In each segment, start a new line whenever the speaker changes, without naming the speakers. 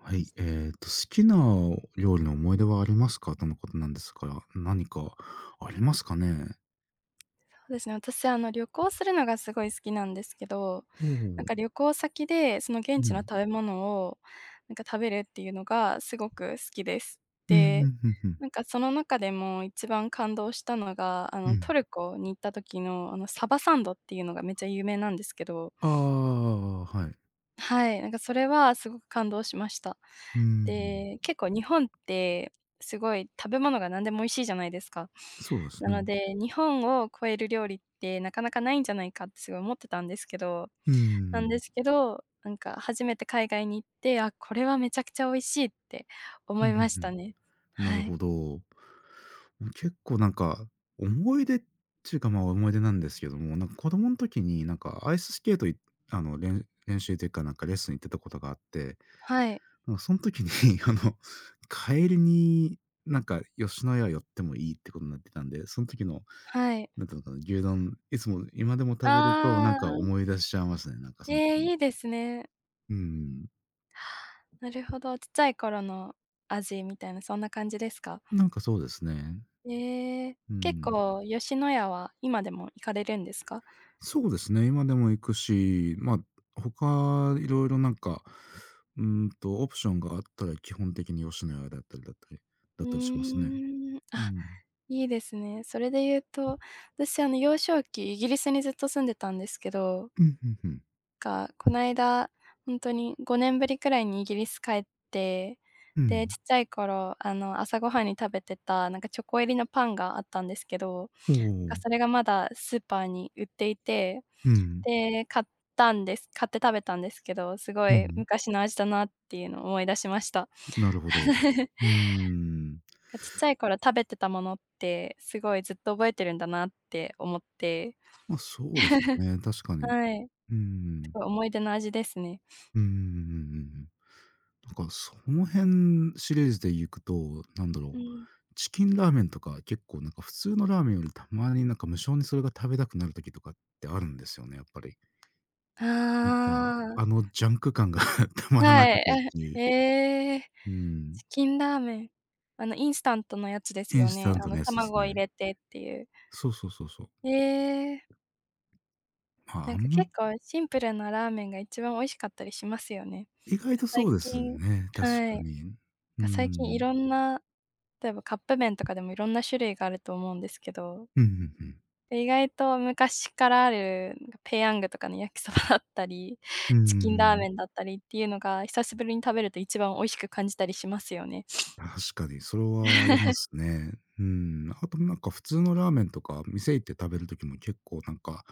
はい、好きな料理の思い出はありますか？とのことなんですが、何かありますかね？
そうですね、私、旅行するのがすごい好きなんですけど、
ほ
なん
う。
か旅行先で、その現
う
地の
ん。
食べ物を、なんか食べるっていうのがすごく好きです。
うんう
で、
ん、うんうん。
なんかその中でも一番感動したのが、
う
ト
ん。
ルコに行った時の、サバサンドっていうのがめっちゃ有名なんですけど、
ああ、はい。
はい、なんかそれはすごく感動しました。
うん。
で、結構日本ってすごい食べ物が何でも美味しいじゃないですか。
そうです
な
ね。
ので、日本を超える料理ってなかなかないんじゃないかってすごい思ってたんですけど
うん。
なんか初めて海外に行って、あ、これはめちゃくちゃ美味しいって
う
思
んう
いました
ん
ね。
うん。な
は
る
い。
ほど。結構なんか、思い出っていうか、まあ、思い出なんですけども、なんか子供の時になんかアイススケートあの、練習というか、なんかレッスン行ってたことがあって、
はい。
なんかその時に あの、カエルに、なんか吉野家寄ってもいいってことになってたんで、その時の、
はい。
なんていうのかな、牛丼、いつも今でも食べると、なん
あ
か
あ、
思い出しちゃいますね、なんかその
え
時の。
え、いいですね。
うん。
なるほど、ちっちゃい頃の味みたいなそんな感じですか？
なんかそうですね。
ええ、
う
結
ん。
構吉野家は今でも行かれるんですか？
そうですね、今でも行くし、まあ、他いろいろなんか、オプションがあったら基本的に吉野家だったりだったりだ
う
ったりしますね。
ーん、
う
あ、
ん。
いいですね。それで言うと、私、幼少期、イギリスにずっと住んでたんですけど、
うん、うんうん。
が、こないだ、ほんとに5年ぶりくらいにイギリス帰って、
う
で、ち
ん。
っちゃい頃、朝ごはんに食べてた、なんか、チョコ入りのパンがあったんですけど、
お
が、
お。
それがまだスーパーに売っていて、
うん。
で、買って食べたんですけど、すご
う
い
ん。
昔の味だなっていうのを思い出しました。
なるほど。うーん。
ちっちゃい頃食べてたものって、すごいずっと覚えてるんだなって思って、
ま、そうですね、確かに。
はい、
うー
す
ん。
ごい思い出の味ですね。
うんん。なんかその辺シリーズで行くと、なんだ
う
ろう、
ん。
チキンラーメンとか結構なんか普通のラーメンよりたまになんか無性にそれが食べたくなる時とかってあるんですよね、やっぱり。
あ
なんか、
あ、
あのジャンク感が たまらな
は
く
い、
てっ てい
え、
う。
ええ、
うん。
チキンラーメン。インスタントのやつで
イ
す
ン
よ
スタ
ね。
ントのやつで
卵
す
を入
ね。
れてっていう。
そうそうそうそう。
ええ、
まあ、
なんか結構シンプルなラーメンが一番美味しかったりしますよね。
意外とそ
最
うです
近
ね、確
は
か
い、
に。うー
最近い
ん。
ろんな、例えばカップ麺とかでもいろんな種類があると思うんですけど
うんうんうん。
で意外と昔からある、ペヤングとかの焼きそばだったり、
うー
チキンラー
ん。
メンだったりっていうのが、久しぶりに食べると一番美味しく感じたりしますよね。
確かにそれはありますね。うん。あとなんか普通のラーメンとか、店行って食べる時も結構なんか、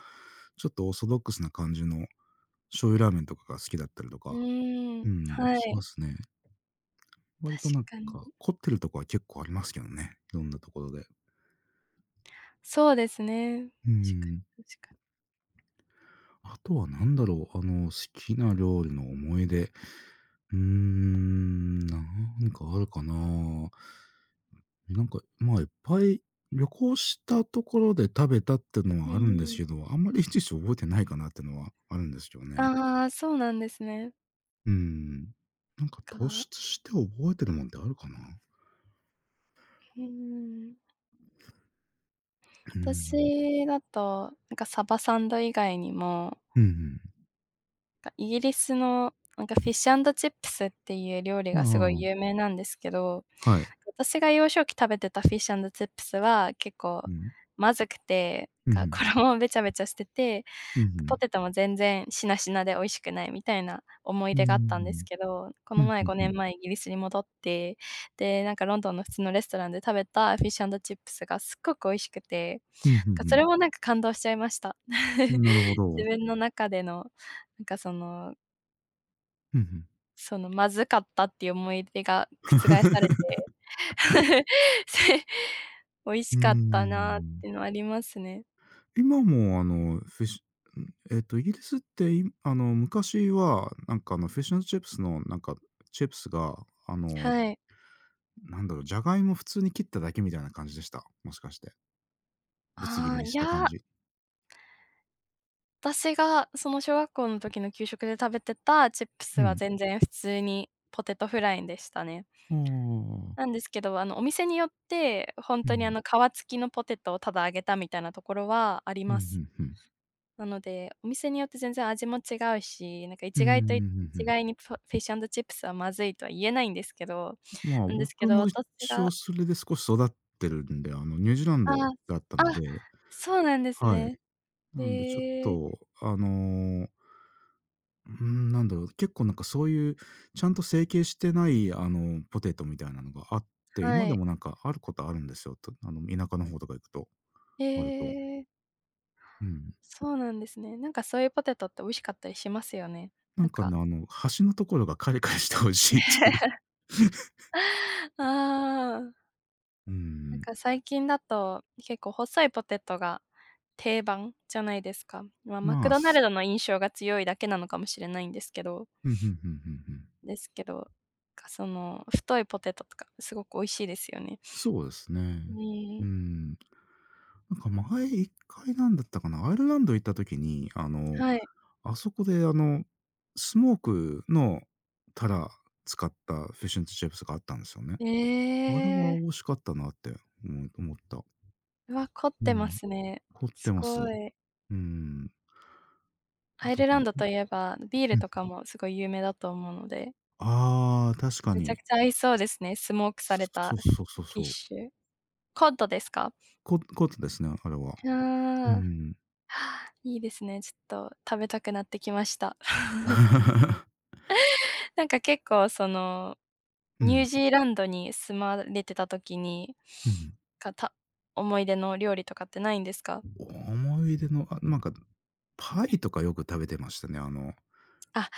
ちょっとオーソドックスな感じの醤油ラーメンとかが好きだったりと
う
か、
ー
う
ん、
ん、
は
しま
い、
すね。
確
割となん
かに。
か、凝ってるとこは結構ありますけどね、いろんなところで。
そうですね。
う
確か
ん。
に確か
あとは何だろう、あの、好きな料理の思い出。うーん、なんかあるかな。なんか、まあ、いっぱい旅行したところで食べたっての
に。
は
う
あるんです
ーん。
けど、あんまりいちいち覚えてないかなってのはあるんですよね。
ああ、そうなんですね。
うーん。なんか突
う
出して覚えてるもんってあるかな？
ーん、
うーん。
私だと、なんかサバサンド以外にも、
うん
なんかイギリスのなんかフィッシュアンドチップスっていう料理
う
がすごい
ん。
有名なんですけど
ああ、はい。
私が幼少期食べてたフィッシュアンドチップスは、結構
うん。
まずくて、
うん、ふん。
衣もべちゃべちゃしてて、
う
ポ
ん
テトも全然しなしなで美味しくないみたいな思い
うんう
出
んう
があったんです
ん
けど、こ
うーん。
の
うん
前
うんう
5
ん。
年前イギリスに戻って、で、なんかロンドンの普通のレストランで食べたフィッシュアンドチップスがすっごく美味しくて、
ん
そ
ん
れもなんか感動しちゃいました。
ん。なる ほど。
自分の中での、なんかその
うんうん。
まずかったっていう思い出が覆され て せ美味し
うー
かったなっ
ん。
ていうのはありますね。
今もあの、フィッシュん、イギリスって、あの、昔はなんかあの、フィッシュアンドチップスのなんか、チップスがあの、
はい。
なんだろう、ジャガイモ普通に切っただけみたいな感じでした。もしかして。ぶつ切
あ
り
あ、
に
い
した感
や、
じ。
私がその小学校の時の給食で食べてたチップス
う
は
ん。
全然普通にポテトフライでしたね。
あああ
な
あ。
んですけど、お店によって、本
う
当に
ん。
皮付きのポテトをただ揚げたみたいなところはあり
うんう
ます。
んうん。
なので、お店によって全然味も違うし、なんか
うんうんうんう
一
ん。
概にフィッシュチップスはまずいとは言えないんですけど
まあ、
なんですけ
僕
ど、
も一応それで少し育ってるんで、あの、ニュージーラン
あ
ド
あ、
だった
あ、
ので、
そうなんです
はい。
ね。
なんでちょっ
へえ、
とあの、うーん、なんだろう、結構なんかそういう、ちゃんと成形してない、あの、ポテトみたいなのがあって、今
は
で
い。
もなんかあることあるんですよ。とあの、田舎の方とか行くと、
へ
割と。
え、
うん。
そうなんですね。なんかそういうポテトって美味しかったりしますよね。
な
な
ん
ん
かね、
か。
あの、端のところがカリカリしてほしいっていう。
ああ、
うー
なん
ん。
か最近だと、結構細いポテトが定番じゃないですか。まあ、マ
ま
ク
あ、
ドナルドの印象が強いだけなのかもしれないんですけど
うん、ふんふんふんふん。
ですけど、その太いポテトとかすごく美味しいですよね。
そうですね。
う
うー
ん、
ん。なんか前一回なんだったかな、アイルランド行った時に、あの
はい。
あそこであの、スモークのタラ使ったフィッシュンチップスがあったんですよね。
え
あれは
え。
美味しかったなって思った。
うわ、凝っ
う
てま
ん。
すね。
凝っ
す
てます。
ごい。
うん。あ
アイ
と、
ルランドといえば、ビー
う
ル
ん。
とかもすごい有名だと思うので、
ああ、確か
めちゃ
に。
くちゃ合いそうですね、スモークされ
そ
た
う
フ
そうそう
ィッ
そう。
シュ。コッドですか？
凝ってですね、あれは。う
あ
ん。
あ、いいですね。ちょっと食べたくなってきました。なんか結構その、
う
ニュー
ん。
ジーランドに住まれてた時に、
うん。
かた思い出の料理とかってないんですか？
思い出の、あ、なんか、パイとかよく食べてましたね。あの、
あ、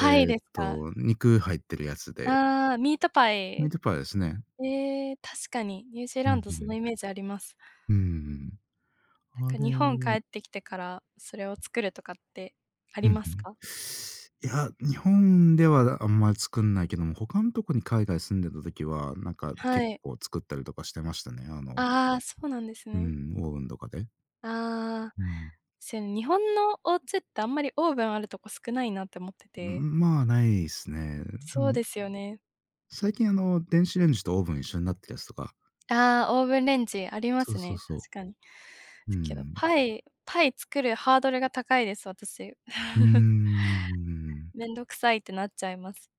え
イですか。
肉入ってるやつで。
ああー、ミートパ
ミー
イ。
トパイですね。
ええ、確かに、ニュージー
う
ラン
ん
ド
う
そ
ん。
のイメージあります。
うん。
なん
あ
か
れ
日本帰
を、
ってきてから、それを作るとかってあ
う
り
ん、ん。い
ますか？
や、日本ではあんまり作んないけども、他んとこに海外住んでた時は、なんか
は
結
い。
構作ったりとかしてましたね。あの、
ああ、そうなんです
う
ね。
ん、オーブンとかで。
ああ、
うん。
日本のお家ってあんまりオーブンあるとこ少ないなって思ってて。
まあ、ないですね。で
そう
も、
ですよね。
最近あの、電子レンジとオーブン一緒になってるやつとか、
ああ、オーブンレンジありま
そう
す
そう
ね、
そ
確かに。
う。う
すけど、
ん。
パイ作るハードルが高いです、私。
うー ん。
めんどくさいってなっちゃいます。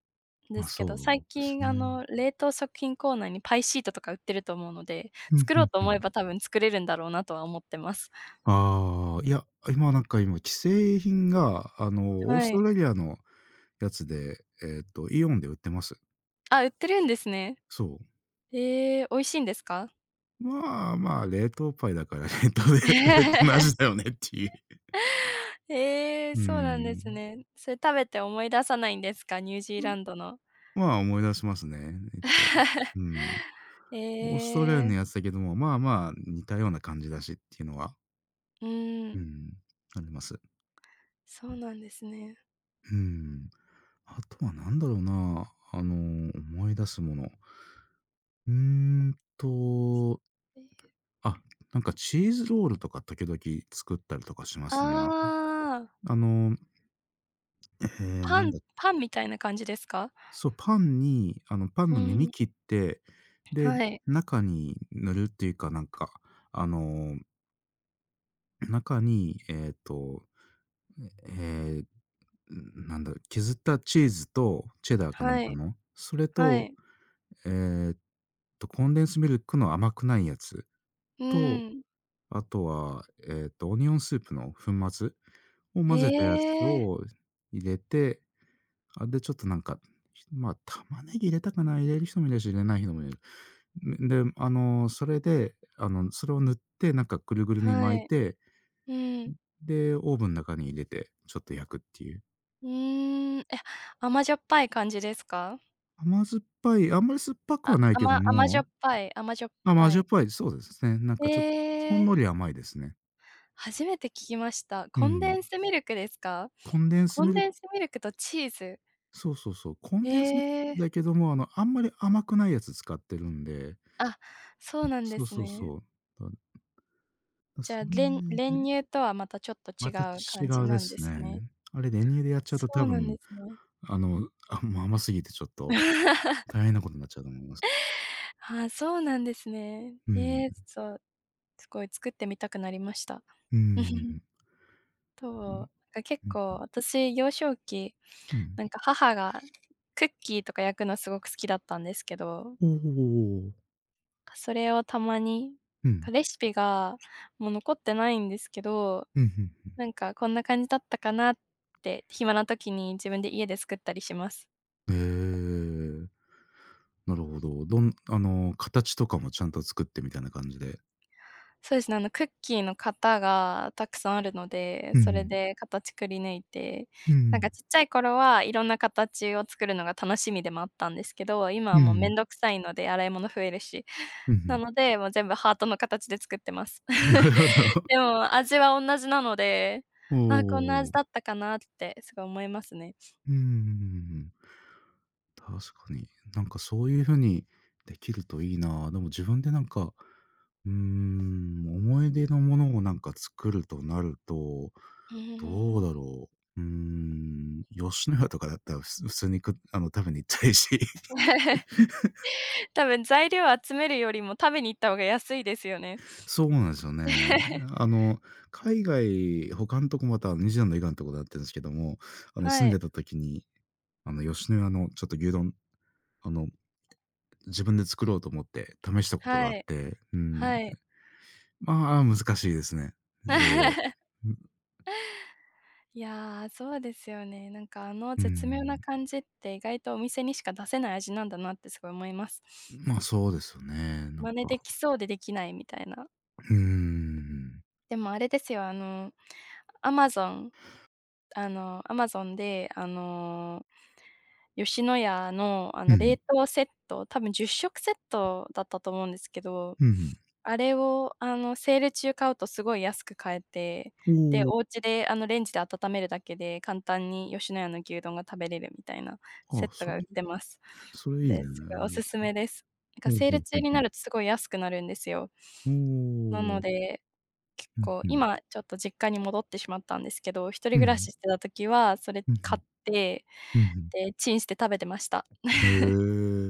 で
ま、
すけ
そ
ど、最
うです
近
ね。
冷凍食品コーナーにパイシートとか売ってると思うので、
ふん
作
ふ
ろう
ん
と
ふ
思え
ん。
ば多分作れるんだろうなとは思ってます。
ああ、いや、今なんか今既製品が、あの、オース
は
ト
い。
ラリアのやつで、イオンで売ってます。
あ、売ってるんですね。
そう。
ええ、美味しいんですか？
まあまあ、冷凍パイだから 冷凍の味 だよねっていう。
ええ、
うー
そうなんです
ん。
ね。それ食べて思い出さないんですか？ニュージー
ん、
ランドの。
まあ、思い出しますね、一応。うん。
え
オーストラリアの
え、
やつだけども、まあまあ、似たような感じだしっていうのは、
う
う
ん、
ん、あります。
そうなんですね。
うん。あとは何だろうな、あの、思い出すもの。うーんと、あ、なんかチーズロールとか時々作ったりとかしま
あ
すね。
あ、
あの、えー
パ
なん
ン
だっ
パンみたいな感じですか？
そう、パンに、あの、パン
う
の耳
ん、
切って、で、
はい、
中に塗るっていうか、なんか、あの、中に、えーなんだ、削ったチーズとチェダーかなん
は
か
い、
の、それ
は
と、
い。
えっコンデンスミルクの甘くないやつ
う
と、
ん。
あとは、オニオンスープの粉末を
え
混ぜたやつ
え。
を入れて、あ、で、ちょっとなんか、まあ、玉ねぎ入れたかな、入れる人もいるし、入れない人もいるで、あの、それで、あの、それを塗って、なんかぐるぐるに
は
巻い
い。
て、
うん。
で、オーブンの中に入れて、ちょっと焼くっていう。
うーん。え、甘じょっぱい感じですか？
甘酸っぱい、あんまり酸っぱくは
あ、
ないけど
甘じょ
も、
っぱい甘じょっ
あ、ま、
ぱ
味っ
い。
ぱい、そうですね。なんかちょっとほん
ええ、
のり甘いですね。
初めて聞きました。
う
コンデ
ん。
ンスミルクですか？
コンデンス
コ
ミ
ン
ル
デンスミルクとチーズ。
そうそうそう、コン
え
デンスミ
え、
だけども、あの、あんまり甘くないやつ使ってるんで、
あ、そうなんで
そう
す
そう
ね。
そう。だだ
じ
そ
ゃあ、
れ
練
で
乳とはまたちょっと
ま
違
た
う
違
感じ
うで
なんで
す
すね。
ね。あれ、練乳でやっちゃう
そ
と多
うなんで
分、
すね。
あの、あ、もう甘すぎてちょっと大変なことになっちゃうと思います。
ああ、そうなんですね。
うん。
ええ、そう、すごい作ってみたくなりました。
うん。
そ
うん。
う、なんか結
う
構
ん。
私、幼少期、なんか母がクッキーとか焼くのすごく好きだったんですけど、
おおおお
それをたまに、
うん。
レシピがもう残ってないんですけど、
うん、
なんかこんな感じだったかなって、暇な時に自分で家で作ったりします。
うん。へえ。なるほど。あの、形とかもちゃんと作ってみたいな感じで。
そうですね、クッキーの型がたくさんあるので、
う
それ
ん。
で形くり抜いて、
う
なんか
ん。
ちっちゃい頃はいろんな形を作るのが楽しみでもあったんですけど、今は
う
もうめ
ん。
んどくさいので洗い物増えるし。
うん。うん、ふ
な
ん。
ので、もう全部ハートの形で作ってます。
なる ほど。
でも味はおんなじなので、
お
あこんな
お。
味だったかなってすごい思いますね。
うんうんうんうんんなるほどおおうんうんうんうん、確かに。なんかそういう風にできるといいな。でも自分でなんか、うーん、思い出のものをなんか作るとなると、
うー
どう
ん。
だろう。うーん、吉野家とかだったら、普通にあの、食べに行っちゃいし。
多分材料集めるよりも食べに行った方が安いですよね。
そうなんですよね。あ の、海外他んとこまたニュージーン以外のとこだったんですけども、あの、住
は
んで
い、
た時に、あの、吉野家のちょっと牛丼、あの、自分で作ろうと思って試したこと
は
があっ
い、
て、うん。
はい。
まあ、難しいですね。いろいろ。う
いやー、そうですよね。なんかあの
う
絶妙な
ん。
感じって意外とお店にしか出せない味なんだなってすごい思います。
まあ、そうですよね。なん
真似で
か、
きそうでできないみたいな。
うーん。
でもあれですよ、Amazon あの、アマゾンで、吉野家の、
う
冷
ん、
凍セット、多分10食セットだったと思うんですけど、
うん。
あれを、セール中買うとすごい安く買えて、で、
おお、
お家で、レンジで温めるだけで簡単に吉野家の牛丼が食べれるみたいなセ
あ、
ットが売ってます。
それいいね。
で、すごいおすすめです。なんか
ほん
セー
ほ
ル
んほ
中
ん
になるとすごい安くなるんですよ。
お
なの
お。
で結
うん
構、
うん。
今ちょっと実家に戻ってしまったんですけど、一
う
人暮ら
ん。
ししてた時は、それ
う
買
ん
って、
うん。うんうん。
で、チンして食べてました。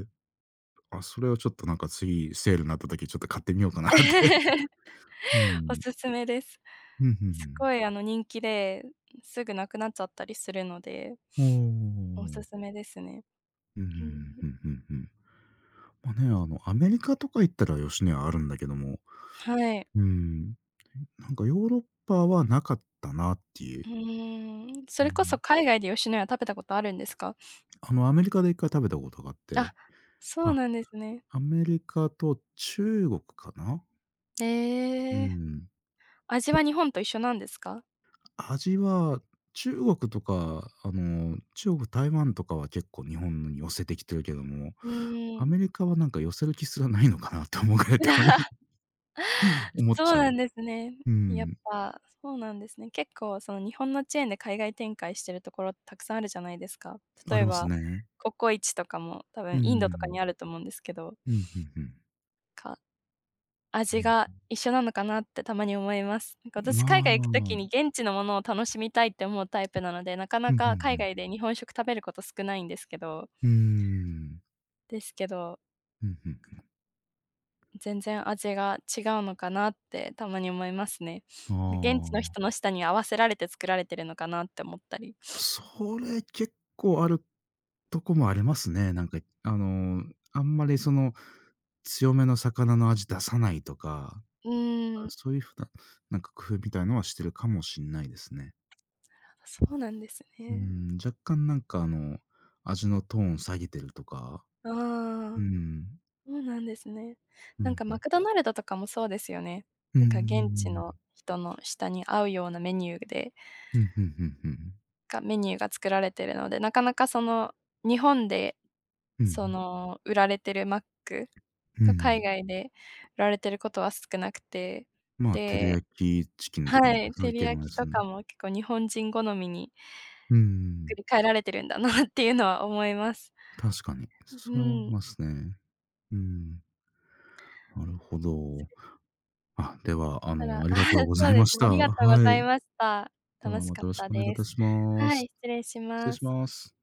へえ。あ、それはちょっとなんか次セールになった時ちょっと買ってみようかなって。う
お
ん。
すすめです。
うんうんう
す
ん。
ごい人気で、すぐなくなっちゃったりするので、
お
おす
お。
すめですね。
うん、うんう
うん、
んうんうんうん。まあね、あの、アメリカとか行ったら吉野家あるんだけども、
はい。
うん。なんかヨーロッパはなかったなっていう。
うーん、そ
う
れこそ
ん。
海外で吉野家食べたことあるんですか？
あの、アメリカで一回食べたことがあって、
あ、そう
あ。
なんですね。
アメリカと中国かな？う
ええ。
ん。
味は日本と一緒なんですか？
味は中国とか、あの、中国、台湾とかは結構日本に寄せてきてるけども、
うー
ア
ん。
メリカはなんか寄せる気すらないのかなって思うぐらいたまに 思っ
そ
ち
う
ゃう。
なんですね。
う
やっ
ん、
ぱ、そうなんですね。結構その日本のチェーンで海外展開してるところたくさんあるじゃないですか。
あ
例
り
え
ます
ば、
ね。
ココイチとかも多
う
分インドとか
ん。
にあると思うんですけど、
うん、うんうん。
か
う
味
ん。
が一緒なのかなってたまに思います。なんか私海
まあ、う
外行く
ん、う
時
ん
に現地のものを楽しみたいって思うタイプなので、なか
う
なか海
ん。
外で日本食食べること少ないんですけど
うーん。
ですけど
うん、うん。
全然味が違うのかなってたまに思いますね。
あ
現地の
あ。
人の舌に合わせられて作られてるのかなって思ったり。
それ結構あるとこもありますね。なんか、あの、あんまりその、強めの魚の味出さないとか、
うーん、
そういうふうな、なんか工夫みたいのはしてるかもしんないですね。
そうなんです
う
ね。
ん、若干なんかあの、味のトーン下げてるとか、
あ
う
あ、
ん、
そうなんですね。
う
なん
ん、
かマクドナルドとかもそうですよね。
うん、う
なんか現
ん、
地の人の舌に合うようなメニューで
うん、うん、うん、うん、
がメニューが作られてるので、なかなかその日本で
うん、
そ
う
の売られてるマック
ん、う
が
ん。
海外で売られてることは少なくて、
まあ、照り
で
焼きチキン
は
とかの
い、
そうい
照
う
り
系の
焼
や
き
つ、
とかも結構日本人好みに
うん、
作り変えられてるんだなっていうのは思います。
確かに、
う
それはあり
ん。
ますね。うん、なるほど。あ、では、あ
た
の、
だ
ありがとうござ
そ
い
うで
まし
すね、
た。
ありがとうご
は
ざい
い。
ました。
で
楽
は
し
ま
かっ
たよろし
た
くお願いい
で
た
す。
しま
は
す。
い、失礼し
失礼
ま
し
す。
ます。